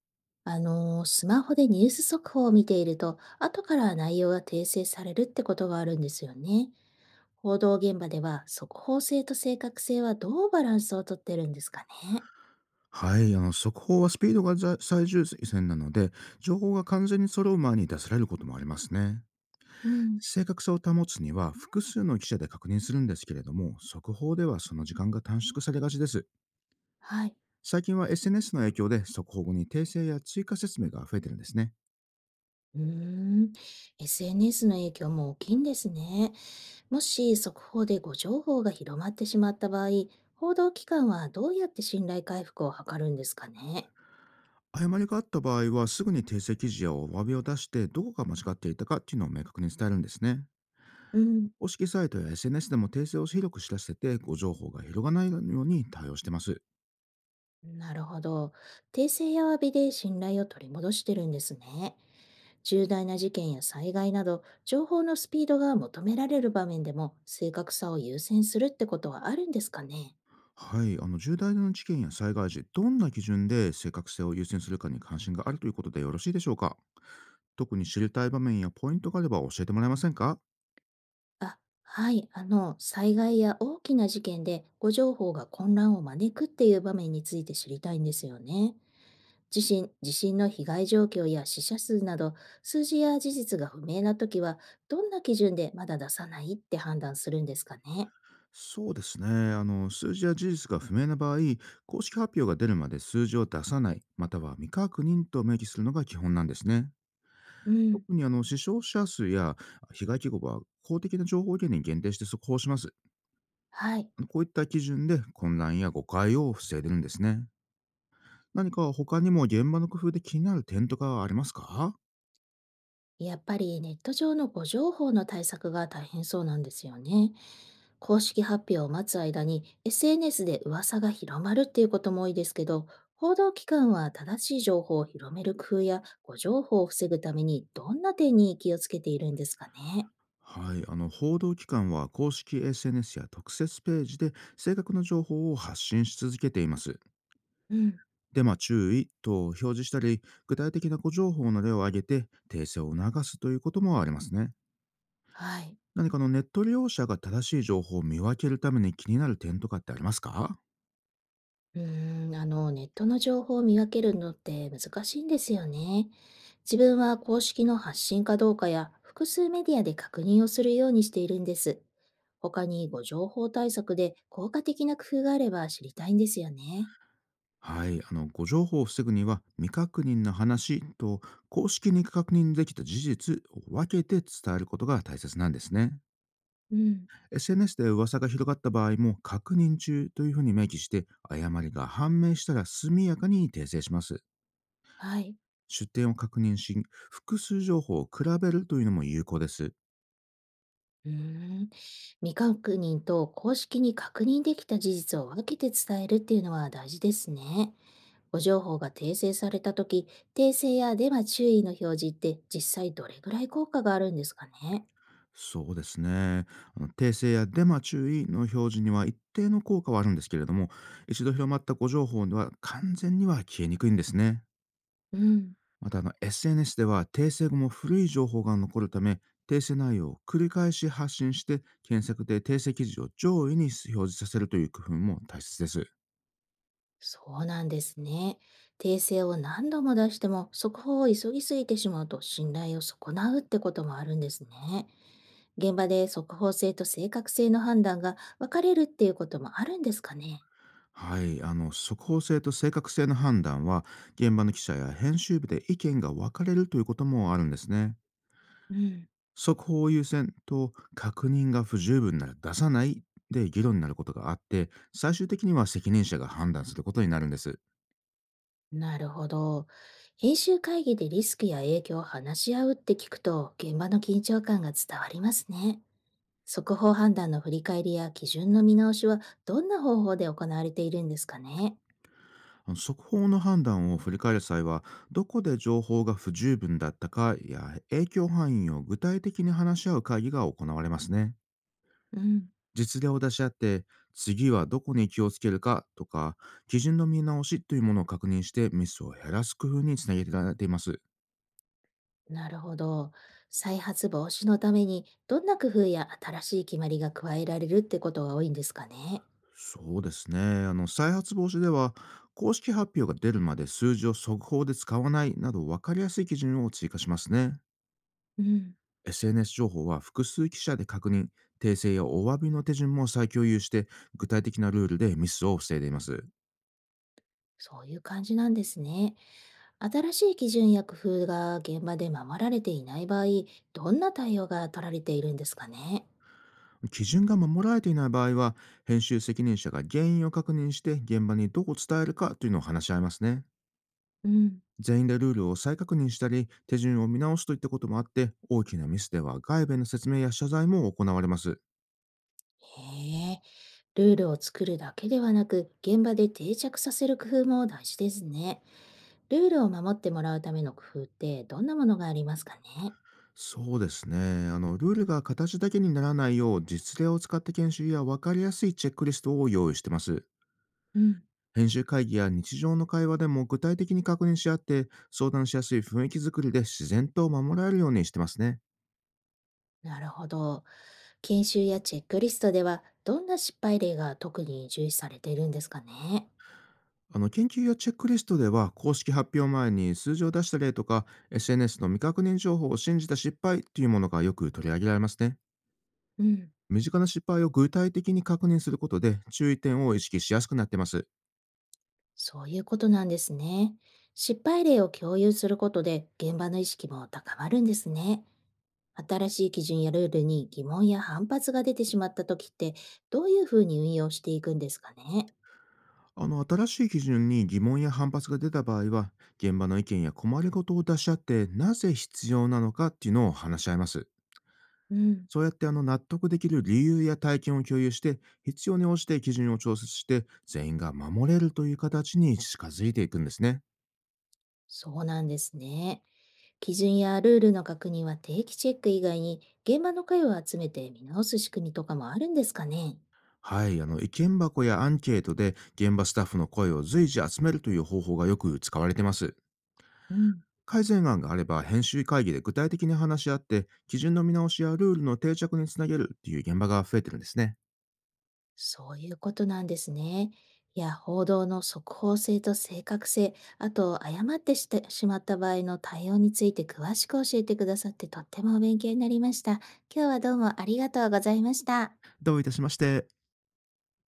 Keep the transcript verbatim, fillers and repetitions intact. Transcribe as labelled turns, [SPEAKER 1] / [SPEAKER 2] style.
[SPEAKER 1] あのー、スマホでニュース速報を見ていると、後から内容が訂正されるってことがあるんですよね。報道現場では、速報性と正確性はどうバランスをとってるんですかね。
[SPEAKER 2] はい、あの速報はスピードがざ最優先なので、情報が完全に揃う前に出されることもありますね。
[SPEAKER 1] うん、
[SPEAKER 2] 正確さを保つには複数の記者で確認するんですけれども、速報ではその時間が短縮されがちです。
[SPEAKER 1] はい。
[SPEAKER 2] 最近は エスエヌエス の影響で速報後に訂正や追加説明が増えてるんですね。
[SPEAKER 1] うーん、エスエヌエス の影響も大きいんですね。もし速報で誤情報が広まってしまった場合、報道機関はどうやって信頼回復を図るんですかね。
[SPEAKER 2] 誤りがあった場合は、すぐに訂正記事やお詫びを出して、どこが間違っていたかっていうのを明確に伝えるんですね。
[SPEAKER 1] うん、
[SPEAKER 2] 公式サイトや エスエヌエス でも訂正を広く知らせて、ご情報が広がないように対応してます。
[SPEAKER 1] なるほど。訂正や詫びで信頼を取り戻してるんですね。重大な事件や災害など、情報のスピードが求められる場面でも、正確さを優先するってことはあるんですかね。
[SPEAKER 2] はい、あの重大な事件や災害時、どんな基準で正確性を優先するかに関心があるということでよろしいでしょうか？特に知りたい場面やポイントがあれば教えてもらえませんか？
[SPEAKER 1] あ、はい、あの、災害や大きな事件で、誤情報が混乱を招くっていう場面について知りたいんですよね。地震、地震の被害状況や死者数など、数字や事実が不明な時は、どんな基準でまだ出さないって判断するんですかね。
[SPEAKER 2] そうですね。あの、数字や事実が不明な場合、公式発表が出るまで数字を出さない、または未確認と明記するのが基本なんですね。
[SPEAKER 1] う
[SPEAKER 2] 特
[SPEAKER 1] ん、
[SPEAKER 2] にあの死傷者数や被害規模は公的な情報源に限定して速報します。
[SPEAKER 1] はい。
[SPEAKER 2] あのこういった基準で混乱や誤解を防いでるんですね。何か他にも現場の工夫で気になる点とかはありますか？
[SPEAKER 1] やっぱりネット上の誤情報の対策が大変そうなんですよね。公式発表を待つ間に エスエヌエス で噂が広まるっていうことも多いですけど、報道機関は正しい情報を広める工夫や誤情報を防ぐためにどんな点に気をつけているんですかね。
[SPEAKER 2] はい、あの報道機関は公式 エスエヌエス や特設ページで正確な情報を発信し続けています。
[SPEAKER 1] うん、
[SPEAKER 2] デマ注意と表示したり、具体的な誤情報の例を挙げて訂正を促すということもありますね。
[SPEAKER 1] はい。
[SPEAKER 2] 何かあのネット利用者が正しい情報を見分けるために気になる点とかってありますか？
[SPEAKER 1] うーん、あの、ネットの情報を見分けるのって難しいんですよね。自分は公式の発信かどうかや複数メディアで確認をするようにしているんです。他にご情報対策で効果的な工夫があれば知りたいんですよね。
[SPEAKER 2] はい、あの、誤情報を防ぐには未確認の話と公式に確認できた事実を分けて伝えることが大切なんですね。
[SPEAKER 1] うん、
[SPEAKER 2] エスエヌエス で噂が広がった場合も確認中というふうに明記して、誤りが判明したら速やかに訂正します。
[SPEAKER 1] はい。
[SPEAKER 2] 出典を確認し、複数情報を比べるというのも有効です。
[SPEAKER 1] うーん。未確認と公式に確認できた事実を分けて伝えるっていうのは大事ですね。誤情報が訂正されたとき、訂正やデマ注意の表示って実際どれぐらい効果があるんですかね。
[SPEAKER 2] そうですね。あの訂正やデマ注意の表示には一定の効果はあるんですけれども、一度広まった誤情報には完全には消えにくいんですね。
[SPEAKER 1] うん、
[SPEAKER 2] またあの エスエヌエス では訂正後も古い情報が残るため、訂正内容を繰り返し発信して、検索で訂正記事を上位に表示させるという工夫も大切です。
[SPEAKER 1] そうなんですね。訂正を何度も出しても速報を急ぎすぎてしまうと信頼を損なうってこともあるんですね。現場で速報性と正確性の判断が分かれるっていうこともあるんですかね。
[SPEAKER 2] はい、あの速報性と正確性の判断は、現場の記者や編集部で意見が分かれるということもあるんですね。
[SPEAKER 1] うん、
[SPEAKER 2] 速報を優先と確認が不十分なら出さないで議論になることがあって、最終的には責任者が判断することになるんです。
[SPEAKER 1] なるほど。編集会議でリスクや影響を話し合うって聞くと現場の緊張感が伝わりますね。速報判断の振り返りや基準の見直しはどんな方法で行われているんですかね。
[SPEAKER 2] あの速報の判断を振り返る際は、どこで情報が不十分だったかや影響範囲を具体的に話し合う会議が行われますね。
[SPEAKER 1] うん、
[SPEAKER 2] 実例を出し合って、次はどこに気をつけるかとか、基準の見直しというものを確認して、ミスを減らす工夫につなげられています。
[SPEAKER 1] なるほど。再発防止のためにどんな工夫や新しい決まりが加えられるってことが多いんですかね。
[SPEAKER 2] そうですね。あの、再発防止では、公式発表が出るまで数字を速報で使わないなど、分かりやすい基準を追加しますね。
[SPEAKER 1] うん、
[SPEAKER 2] エスエヌエス 情報は複数記者で確認、訂正やお詫びの手順も再共有して、具体的なルールでミスを防いでいます。
[SPEAKER 1] そういう感じなんですね。新しい基準や工夫が現場で守られていない場合、どんな対応が取られているんですかね。
[SPEAKER 2] 基準が守られていない場合は、編集責任者が原因を確認して、現場にどう伝えるかというのを話し合いますね。
[SPEAKER 1] うん。
[SPEAKER 2] 全員でルールを再確認したり、手順を見直すといったこともあって、大きなミスでは外部への説明や謝罪も行われます。
[SPEAKER 1] へえ。ルールを作るだけではなく、現場で定着させる工夫も大事ですね。ルールを守ってもらうための工夫ってどんなものがありますかね。
[SPEAKER 2] そうですね。あの、ルールが形だけにならないよう、実例を使って研修や分かりやすいチェックリストを用意してます。
[SPEAKER 1] うん、
[SPEAKER 2] 編集会議や日常の会話でも具体的に確認し合って、相談しやすい雰囲気づくりで自然と守られるようにしてますね。
[SPEAKER 1] なるほど。研修やチェックリストでは、どんな失敗例が特に重視されているんですかね。
[SPEAKER 2] あの研究やチェックリストでは、公式発表前に数字を出した例とか、 エスエヌエス の未確認情報を信じた失敗というものがよく取り上げられますね。
[SPEAKER 1] うん、
[SPEAKER 2] 身近な失敗を具体的に確認することで、注意点を意識しやすくなってます。
[SPEAKER 1] そういうことなんですね。失敗例を共有することで、現場の意識も高まるんですね。新しい基準やルールに疑問や反発が出てしまった時ってどういうふうに運用していくんですかね。
[SPEAKER 2] あの新しい基準に疑問や反発が出た場合は、現場の意見や困りごとを出し合って、なぜ必要なのかっていうのを話し合います。
[SPEAKER 1] うん、
[SPEAKER 2] そうやってあの納得できる理由や体験を共有して、必要に応じて基準を調節して、全員が守れるという形に近づいていくんですね。
[SPEAKER 1] そうなんですね。基準やルールの確認は定期チェック以外に現場の声を集めて見直す仕組みとかもあるんですかね。
[SPEAKER 2] はい、あの意見箱やアンケートで現場スタッフの声を随時集めるという方法がよく使われています。
[SPEAKER 1] うん、
[SPEAKER 2] 改善案があれば編集会議で具体的に話し合って、基準の見直しやルールの定着につなげるっていう現場が増えてるんですね。
[SPEAKER 1] そういうことなんですね。いや、報道の速報性と正確性、あと誤ってしてしまった場合の対応について詳しく教えてくださってとってもお勉強になりました。今日はどうもありがとうございました。
[SPEAKER 2] どういたしまして。